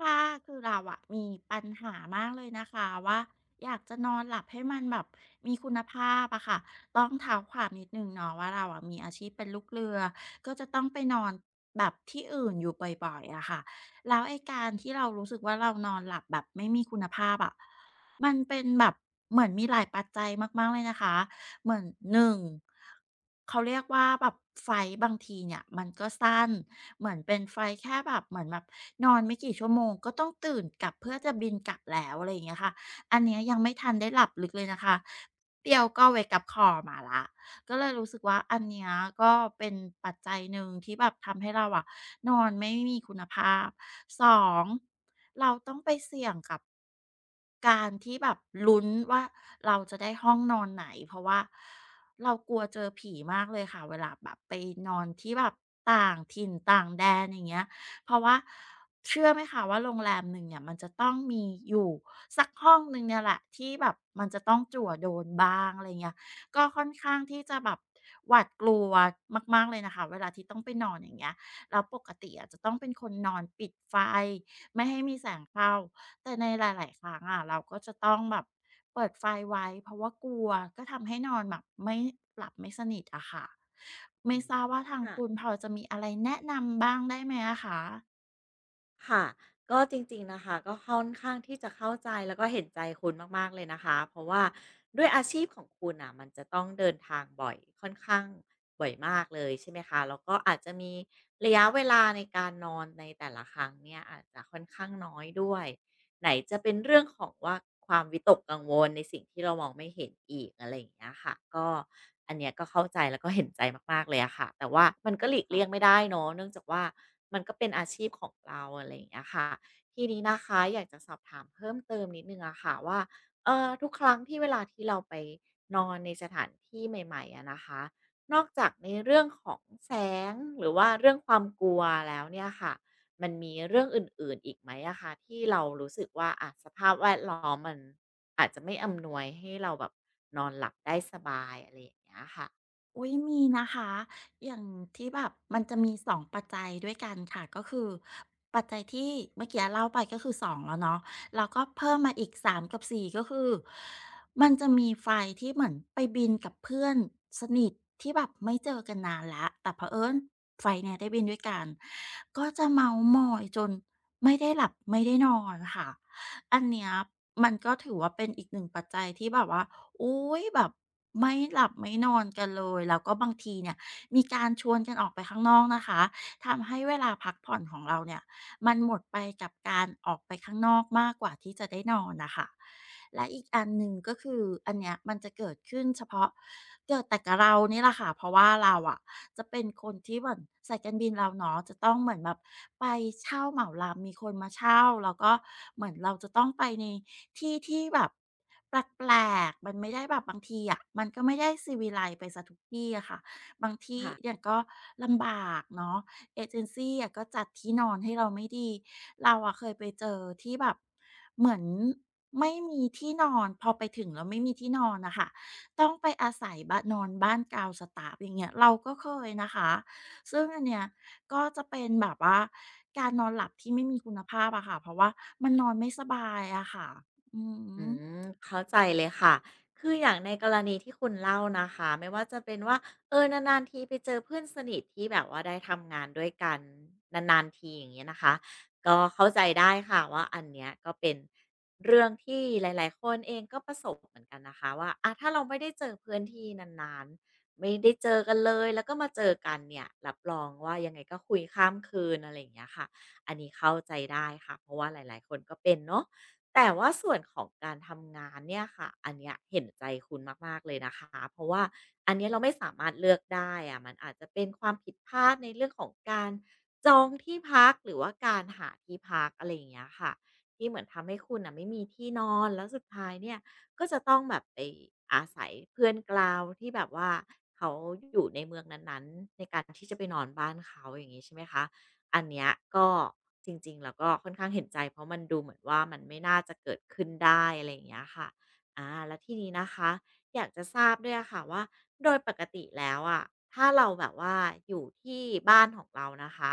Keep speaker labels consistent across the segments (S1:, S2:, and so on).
S1: ค่ะคือเราอะมีปัญหามากเลยนะคะว่าอยากจะนอนหลับให้มันแบบมีคุณภาพอะค่ะต้องเท้าความนิดนึงเนาะว่าเราอะมีอาชีพเป็นลูกเรือก็จะต้องไปนอนแบบที่อื่นอยู่บ่อยๆอะค่ะแล้วไอ้การที่เรารู้สึกว่าเรานอนหลับแบบไม่มีคุณภาพอะมันเป็นแบบเหมือนมีหลายปัจจัยมากๆเลยนะคะ เหมือนหนึ่งเขาเรียกว่าแบบไฟล์บางทีเนี่ยมันก็สั้นเหมือนเป็นไฟล์แค่แบบเหมือนแบบนอนไม่กี่ชั่วโมงก็ต้องตื่นกลับเพื่อจะบินกลับแล้วอะไรอย่างเงี้ยค่ะอันเนี้ยยังไม่ทันได้หลับลึกเลยนะคะเปรียวก็เวกับคอมาแล้ว ก็เลยรู้สึกว่าอันเนี้ยก็เป็นปัจจัยหนึ่งที่แบบทำให้เราอะนอนไม่มีคุณภาพ2เราต้องไปเสี่ยงกับการที่แบบลุ้นว่าเราจะได้ห้องนอนไหนเพราะว่าเรากลัวเจอผีมากเลยค่ะเวลาแบบไปนอนที่แบบต่างถิ่นต่างแดนอย่างเงี้ยเพราะว่าเชื่อไหมคะว่าโรงแรมหนึ่งเนี่ยมันจะต้องมีอยู่สักห้องหนึ่งเนี่ยแหละที่แบบมันจะต้องจั่วโดนบ้างอะไรเงี้ย ก็ค่อนข้างที่จะแบบหวาดกลัวมากๆเลยนะคะเวลาที่ต้องไปนอนอย่างเงี้ยแล้วปกติอาจจะต้องเป็นคนนอนปิดไฟไม่ให้มีแสงเข้าแต่ในหลายๆครั้งอะเราก็จะต้องแบบเปิดไฟไว้เพราะว่ากลัวก็ทำให้นอนแบบไม่หลับไม่สนิทอะค่ะไม่
S2: อืม
S1: ทราบว่าทาง
S2: ค่ะ
S1: คุณพอจะมีอะไรแนะนำบ้างได้ไหมอะคะ
S2: ค่ะก็จริงๆ นะคะ ก็ค่อนข้างที่จะเข้าใจแล้วก็เห็นใจคุณมากๆ เลยนะคะ เพราะว่าด้วยอาชีพของคุณอ่ะมันจะต้องเดินทางบ่อยค่อนข้างบ่อยมากเลยใช่ไหมคะแล้วก็อาจจะมีระยะเวลาในการนอนในแต่ละครั้งเนี่ยอาจจะค่อนข้างน้อยด้วย ไหนจะเป็นเรื่องของว่าความวิตกกังวลในสิ่งที่เรามองไม่เห็นอีกอะไรอย่างเงี้ยค่ะก็อันเนี้ยก็เข้าใจแล้วก็เห็นใจมากๆเลยอะค่ะแต่ว่ามันก็หลีกเลี่ยง
S1: คะ
S2: ไม่ได้เนาะเนื่องจากว่ามันก็เป็นอาชีพของเราอะไรอย่างเงี้ยค่ะทีนี้นะคะอยากจะสอบถามเพิ่มเติมนิดนึงอะค่ะว่าทุกครั้งที่เวลาที่เราไปนอนในสถานที่ใหม่ๆอะนะคะนอกจากในเรื่องของแสงหรือว่าเรื่องความกลัวแล้วเนี่ยค่ะ มันมีเรื่องอื่นๆอีกไหมอะคะที่เรารู้สึกว่าอะสภาพแวดล้อมมันอาจจะไม่อำนวยให้เราแบบนอนหลับได้สบายอะไรอย่างเงี้ยค่ะ
S1: อุ้ยมีนะคะอย่างที่แบบมันจะมี2ปัจจัยด้วยกันค่ะก็คือปัจจัยที่เมื่อกี้เล่าไปก็คือสองแล้วเนาะแล้วก็เพิ่มมาอีกสามกับสี่ก็คือมันจะมีไฟล์ที่เหมือนไปบินกับเพื่อนสนิทที่แบบไม่เจอกันนานละแต่เผอิญไฟล์เนี้ยได้บินด้วยกันก็จะเมาหมอยจนไม่ได้หลับไม่ได้นอนค่ะอันเนี้ยมันก็ถือว่าเป็นอีกหนึ่งปัจจัยที่แบบว่า อุ๊ยแบบไม่หลับไม่นอนกันเลยแล้วก็บางทีเนี่ยมีการชวนกันออกไปข้างนอกนะคะทำให้เวลาพักผ่อนของเราเนี่ย มันหมดไปกับการออกไปข้างนอกมากกว่าที่จะได้นอนนะคะ และอีกอันหนึ่งก็คืออันเนี้ยมันจะเกิดขึ้นเฉพาะเกิดแต่กับเรานี่แหละค่ะเพราะว่าเราอะจะเป็นคนที่เหมือนสายการบินเราเนาะจะต้องเหมือนแบบไปเช่าเหมาลำมีคนมาเช่าแล้วก็เหมือนเราจะต้องไปในที่ที่แบบแปลกๆมันไม่ได้แบบบางทีอะมันก็ไม่ได้ซีวิไลซ์ไปสีทุกที่อะค่ะ บางที่
S2: ค่ะ
S1: เนี่ยก็ลำบากเนาะเอเจนซีอะก็จัดที่นอนให้เราไม่ดีเราอะเคยไปเจอที่แบบเหมือนไม่มีที่นอนพอไปถึงแล้วไม่มีที่นอนนะคะต้องไปอาศัยบ้านนอนบ้านกาวสตาฟอย่างเงี้ยเราก็เคยนะคะซึ่งอันเนี้ยก็จะเป็นแบบว่าการนอนหลับที่ไม่มีคุณภาพอะค่ะเพราะว่ามันนอนไม่สบายอะค่ะอื
S2: อื
S1: อ
S2: เข้าใจเลยค่ะคืออย่างในกรณีที่คุณเล่านะคะไม่ว่าจะเป็นว่านานๆทีไปเจอเพื่อนสนิทที่แบบว่าได้ทำงานด้วยกันนานๆทีอย่างเงี้ยนะคะก็เข้าใจได้ค่ะว่าอันเนี้ยก็เป็นเรื่องที่หลายๆคนเองก็ประสบเหมือนกันนะคะว่าอะถ้าเราไม่ได้เจอเพื่อนที่นานๆไม่ได้เจอกันเลยแล้วก็มาเจอกันเนี่ยรับรองว่ายังไงก็คุยข้ามคืนอะไรอย่างเงี้ยค่ะอันนี้เข้าใจได้ค่ะเพราะว่าหลายๆคนก็เป็นเนาะ แต่ว่าส่วนของการทำงานเนี่ยค่ะอันเนี้ยเห็นใจคุณมากๆเลยนะคะเพราะว่าอันเนี้ยเราไม่สามารถเลือกได้อะ มันอาจจะเป็นความผิดพลาดในเรื่องของการจองที่พักหรือว่าการหาที่พักอะไรอย่างเงี้ยค่ะที่เหมือนทำให้คุณอ่ะไม่มีที่นอนแล้วสุดท้ายเนี่ยก็จะต้องแบบไปอาศัยเพื่อนกลาวที่แบบว่าเขาอยู่ในเมืองนั้นๆในการที่จะไปนอนบ้านเขาอย่างงี้ใช่ไหมคะ อันเนี้ยก็จริงๆแล้วก็ค่อนข้างเห็นใจเพราะมันดูเหมือนว่ามันไม่น่าจะเกิดขึ้นได้อะไรอย่างเงี้ยค่ะอาแล้วทีนี้นะคะอยากจะทราบด้วยอะค่ะว่าโดยปกติแล้วอะถ้าเราแบบว่าอยู่ที่บ้านของเรานะคะ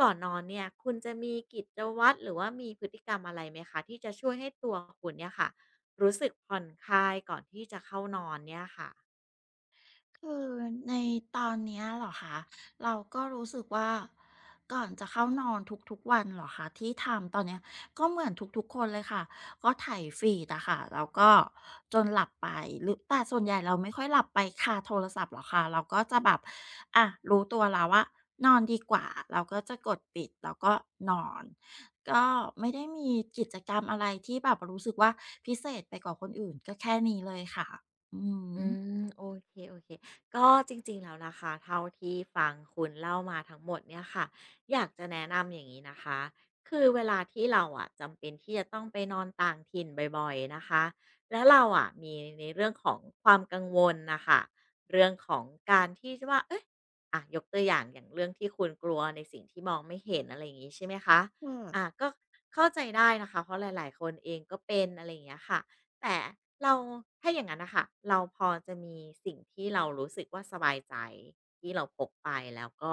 S2: ก่อนนอนเนี่ยคุณจะมีกิจวัตรหรือว่ามีพฤติกรรมอะไรไหมคะที่จะช่วยให้ตัวคุณเนี่ยค่ะรู้สึกผ่อนคลายก่อนที่จะเข้านอนเนี่ยค่ะ
S1: คือในตอนเนี้ยเหรอคะเราก็รู้สึกว่าก่อนจะเข้านอนทุกๆวันเหรอคะที่ทำตอนเนี้ยก็เหมือนทุกๆคนเลยค่ะก็ไถายฟีดอะค่ะแล้วก็จนหลับไปหรือแต่ส่วนใหญ่เราไม่ค่อยหลับไปคาโทรศัพท์หรอกค่ะเราก็จะแบบอะรู้ตัวแล้วว่านอนดีกว่าเราก็จะกดปิดแล้วก็นอนก็ไม่ได้มีกิจกรรมอะไรที่แบบรู้สึกว่าพิเศษไปกว่าคนอื่นก็แค่นี้เลยค่ะอื
S2: อื
S1: ม
S2: โอเคโอเคก็จริงๆแล้วนะคะเท่าที่ฟังคุณเล่ามาทั้งหมดเนี่ยค่ะอยากจะแนะนำอย่างนี้นะคะคือเวลาที่เราอะจำเป็นที่จะต้องไปนอนต่างถิ่นบ่อยๆนะคะแล้วเราอะมีในเรื่องของความกังวลนะคะเรื่องของการที่จะว่าเอ๊ยอะยกตัวอย่างอย่างเรื่องที่คุณกลัวในสิ่งที่มองไม่เห็นอะไรอย่างนี้ใช่ไหมคะอะก็เข้าใจได้นะคะเพราะหลายๆคนเองก็เป็นอะไรอย่างเงี้ยค่ะ แต่เราถ้าอย่างนั้นน่ะค่ะเราพอจะมีสิ่งที่เรารู้สึกว่าสบายใจที่เราพกไปแล้วก็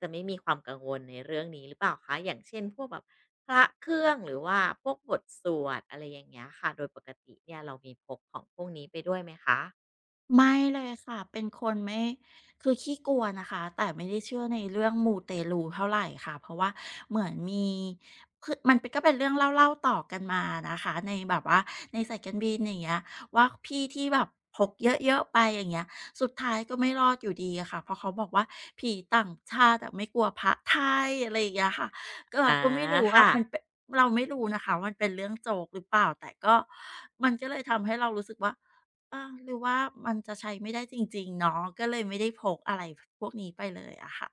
S2: จะไม่มีความกังวลในเรื่องนี้หรือเปล่าคะอย่างเช่นพวกแบบพระเครื่องหรือว่าพวกบทสวดอะไรอย่างเงี้ยค่ะ โดยปกติเนี่ยเรามีพกของพวกนี้ไปด้วยไหมคะ
S1: ไม่เลยค่ะเป็นคนไม่คือขี้กลัวนะคะแต่ไม่ได้เชื่อในเรื่องมูเตลูเท่าไรค่ะเพราะว่าเหมือนมีคือมันเป็นก็เป็นเรื่องเล่าๆต่อกันมานะคะในแบบว่าในสายการบินอย่างเงี้ยว่าพี่ที่แบบพกเยอะๆไปอย่างเงี้ยสุดท้ายก็ไม่รอดอยู่ดีอะค่ะเพราะเขาบอกว่าผีต่างชาติอะไม่กลัวพระไทยอะไรอย่างเงี้ยค่ะก็เรา
S2: อา
S1: ก็ไม่รู้ว่า
S2: ค่ะ
S1: มันเป็นเราไม่รู้นะคะว่ามันเป็นเรื่องโจ๊กหรือเปล่าแต่ก็มันก็เลยทำให้เรารู้สึกว่า อาหรือว่ามันจะใช้ไม่ได้จริงๆเนาะก็เลยไม่ได้พกอะไรพพวกนี้ไปเลยอะค่ะ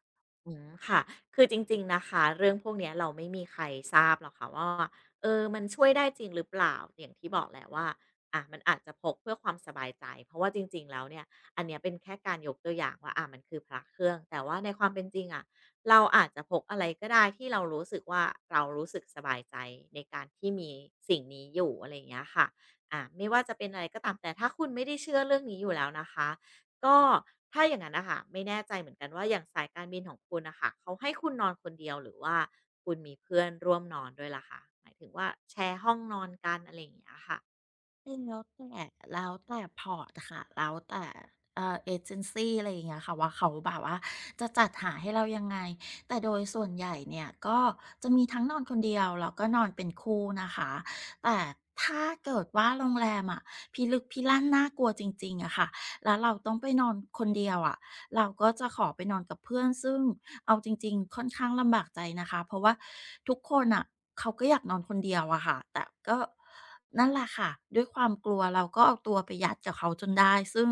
S2: อืมค่ะคือจริงๆ นะคะ เรื่องพวกเนี้ยเราไม่มีใครทราบหรอกค่ะว่ามันช่วยได้จริงหรือเปล่าอย่างที่บอกแหละว่า อ่ะ มันอาจจะพกเพื่อความสบายใจ เพราะว่าจริงๆ แล้วเนี่ยอันเนี้ยเป็นแค่การยกตัวอย่างว่าอะมันคือพระเครื่อง แต่ว่าในความเป็นจริงอะเราอาจจะพกอะไรก็ได้ที่เรารู้สึกว่า เรารู้สึกสบายใจในการที่มีสิ่งนี้อยู่อะไรอย่างเงี้ยค่ะอ่าไม่ว่าจะเป็นอะไรก็ตามแต่ถ้าคุณไม่ได้เชื่อเรื่องนี้อยู่แล้วนะคะ ก็ถ้าอย่างนั้นนะคะไม่แน่ใจเหมือนกันว่าอย่างสายการบินของคุณนะคะเขาให้คุณนอนคนเดียวหรือว่าคุณมีเพื่อนร่วมนอนด้วยล่ะคะหมายถึงว่าแชร์ห้องนอนกันอะไรอย่างเงี้ยค่ะ
S1: แล้วแต่แล้วแต่พอร์ตค่ะแล้วแต่เอเจนซีอะไรอย่างเงี้ยค่ะว่าเขาแบบว่าจะจัดหาให้เรายังไงแต่โดยส่วนใหญ่เนี่ยก็จะมีทั้งนอนคนเดียวแล้วก็นอนเป็นคู่นะคะแต่ถ้าเกิดว่าโรงแรมอะพิลึกพิลั่นน่ากลัวจริงๆอะค่ะแล้วเราต้องไปนอนคนเดียวอะ เราก็จะขอไปนอนกับเพื่อนซึ่งเอาจริงๆค่อนข้างลำบากใจนะคะเพราะว่าทุกคนน่ะเขาก็อยากนอนคนเดียวอะค่ะแต่ก็นั่นแหละค่ะด้วยความกลัวเราก็เอาตัวไปยัดกับเขาจนได้ซึ่ง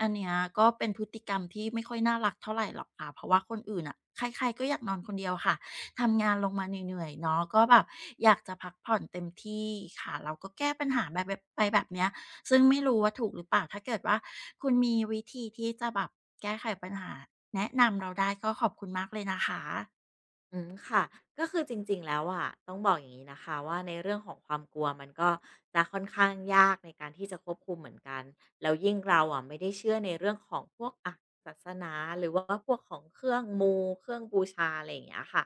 S1: อันเนี้ยก็เป็นพฤติกรรมที่ไม่ค่อยน่ารักเท่าไรหรอกค่ะเพราะว่าคนอื่นน่ะใครๆก็อยากนอนคนเดียวค่ะทำงานลงมาเหนื่อยๆเนาะก็แบบอยากจะพักผ่อนเต็มที่ค่ะเราก็แก้ปัญหาแบบไปแบบเนี้ย ซึ่งไม่รู้ว่าถูกหรือเปล่า ถ้าเกิดว่าคุณมีวิธีที่จะแบบแก้ไขปัญหาแนะนำเราได้ก็ขอบคุณมากเลยนะคะ
S2: อืมค่ะก็คือจริงๆแล้วอ่ะต้องบอกอย่างงี้นะคะว่าในเรื่องของความกลัวมันก็จะค่อนข้างยากในการที่จะควบคุมเหมือนกันแล้วยิ่งเราอะไม่ได้เชื่อในเรื่องของพวกศาสนาหรือว่าพวกของเครื่องบูชาอะไรอย่างเงี้ยค่ะ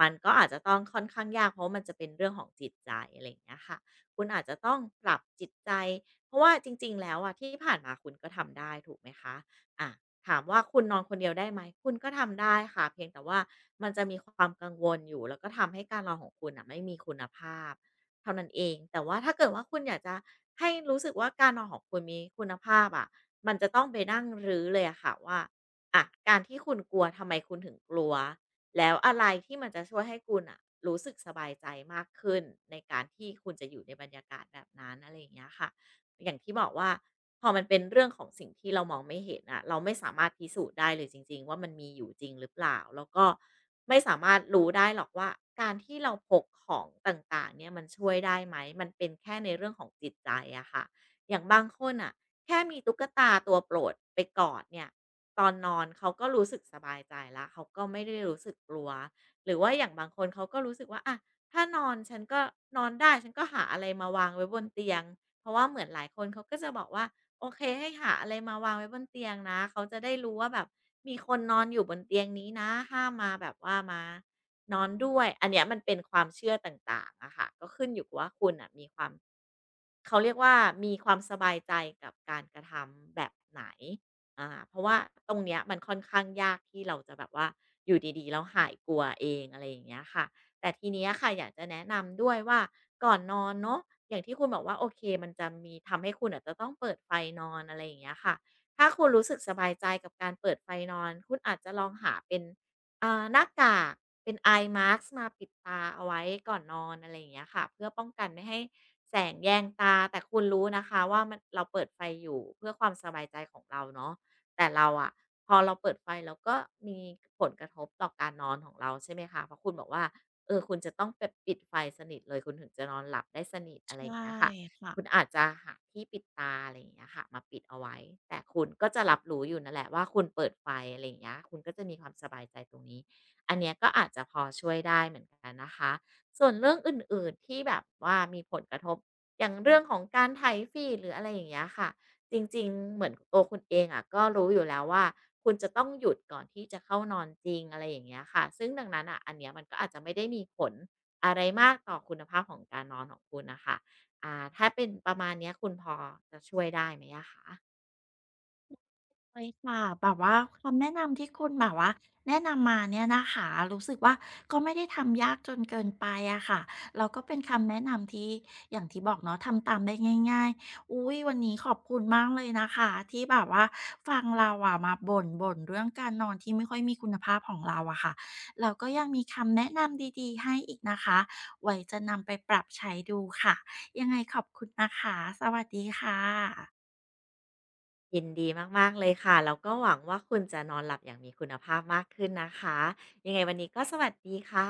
S2: มันก็อาจจะต้องค่อนข้างยากเพราะมันจะเป็นเรื่องของจิตใจอะไรอย่างเงี้ยค่ะคุณอาจจะต้องปรับจิตใจเพราะว่าจริงๆแล้วอะที่ผ่านมาคุณก็ทำได้ถูกไหมคะอะ ถามว่าคุณนอนคนเดียวได้ไหมคุณก็ทำได้ค่ะเพียงแต่ว่ามันจะมีความกังวลอยู่แล้วก็ทำให้การนอนของคุณน่ะไม่มีคุณภาพเท่านั้นเองแต่ว่าถ้าเกิดว่าคุณอยากจะให้รู้สึกว่าการนอนของคุณมีคุณภาพอะมันจะต้องไปนั่งรื้อเลยอะค่ะว่าอะการที่คุณกลัวทำไมคุณถึงกลัวแล้วอะไรที่มันจะช่วยให้คุณอะรู้สึกสบายใจมากขึ้นในการที่คุณจะอยู่ในบรรยากาศแบบนั้นอะไรอย่างเงี้ยค่ะ อย่างที่บอกว่าพอมันเป็นเรื่องของสิ่งที่เรามองไม่เห็นอะเราไม่สามารถพิสูจน์ได้เลยจริงๆว่ามันมีอยู่จริงหรือเปล่าแล้วก็ไม่สามารถรู้ได้หรอกว่าการที่เราพกของต่างๆเนี่ยมันช่วยได้ไหมมันเป็นแค่ในเรื่องของจิตใจอะค่ะอย่างบางคนอ่ะแค่มีตุ๊กตาตัวโปรดไปกอดเนี่ยตอนนอนเขาก็รู้สึกสบายใจแล้วเขาก็ไม่ได้รู้สึกกลัวหรือว่าอย่างบางคนเขาก็รู้สึกว่าอะถ้านอนฉันก็นอนได้ฉันก็หาอะไรมาวางไว้บนเตียง เพราะว่าเหมือนหลายคนเขาก็จะบอกว่าโอเคให้หาอะไรมาวางไว้บนเตียงนะเขาจะได้รู้ว่าแบบมีคนนอนอยู่บนเตียงนี้นะห้ามมาแบบว่ามานอนด้วยอันเนี้ยมันเป็นความเชื่อต่างๆอะค่ะก็ขึ้นอยู่กับว่าคุณอะมีความเขาเรียกว่ามีความสบายใจกับการกระทำแบบไหนเพราะว่าตรงเนี้ยมันค่อนข้างยากที่เราจะแบบว่าอยู่ดีๆแล้วหายกลัวเองอะไรอย่างเงี้ยค่ะ แต่ทีเนี้ยค่ะอยากจะแนะนำด้วยว่าก่อนนอนเนาะอย่างที่คุณบอกว่าโอเคมันจะมีทำให้คุณอาจจะต้องเปิดไฟนอนอะไรอย่างเงี้ยค่ะถ้าคุณรู้สึกสบายใจกับการเปิดไฟนอนคุณอาจจะลองหาเป็นหน้ากากเป็นไอ Mask มาปิดตาเอาไว้ก่อนนอนอะไรอย่างเงี้ยค่ะเพื่อป้องกันไม่ให้แสงแยงตาแต่คุณรู้นะคะว่ามันเราเปิดไฟอยู่เพื่อความสบายใจของเราเนาะแต่เราอะพอเราเปิดไฟเราก็มีผลกระทบต่อการนอนของเราใช่ไหมคะเพราะคุณบอกว่า เออคุณจะต้องแบบปิดไฟสนิทเลยคุณถึงจะนอนหลับได้สนิท
S1: ใช
S2: อะไรอย่าง
S1: ่
S2: เงี้ยค่ะ
S1: ค่ะ
S2: คุณอาจจะหาที่ปิดตาอะไรอย่างเงี้ยค่ะมาปิดเอาไว้แต่คุณก็จะรับรู้อยู่นั่นแหละว่าคุณเปิดไฟอะไรอย่างเงี้ยคุณก็จะมีความสบายใจตรงนี้อันเนี้ยก็อาจจะพอช่วยได้เหมือนกันนะคะส่วนเรื่องอื่นๆที่แบบว่ามีผลกระทบอย่างเรื่องของการไถฟีดหรืออะไรอย่างเงี้ยค่ะ จริงๆเหมือนตัวคุณเองอะก็รู้อยู่แล้วว่าคุณจะต้องหยุดก่อนที่จะเข้านอนจริงอะไรอย่างเงี้ยค่ะซึ่งดังนั้นน่ะอันเนี้ยมันก็อาจจะไม่ได้มีผลอะไรมากต่อคุณภาพของการนอนของคุณน่ะค่ะถ้าเป็นประมาณเนี้ยคุณพอจะช่วยได้ไหมอะคะ
S1: เลยค่ะแบบว่าคำแนะนำที่คุณแบบว่าแนะนำมาเนี่ยนะคะรู้สึกว่าก็ไม่ได้ทำยากจนเกินไปอะค่ะแล้วก็เป็นคำแนะนำที่อย่างที่บอกเนาะทำตามได้ง่ายๆอุ้ยวันนี้ขอบคุณมากเลยนะคะที่แบบว่าฟังเราอะมาบ่นๆเรื่องการนอนที่ไม่ค่อยมีคุณภาพของเราอะค่ะแล้วก็ยังมีคำแนะนำดีๆให้อีกนะคะไว้จะนำไปปรับใช้ดูค่ะยังไงขอบคุณนะคะสวัสดีค่ะ
S2: ยินดีมากๆเลยค่ะแล้วก็หวังว่าคุณจะนอนหลับอย่างมีคุณภาพมากขึ้นนะคะยังไงวันนี้ก็สวัสดีค่ะ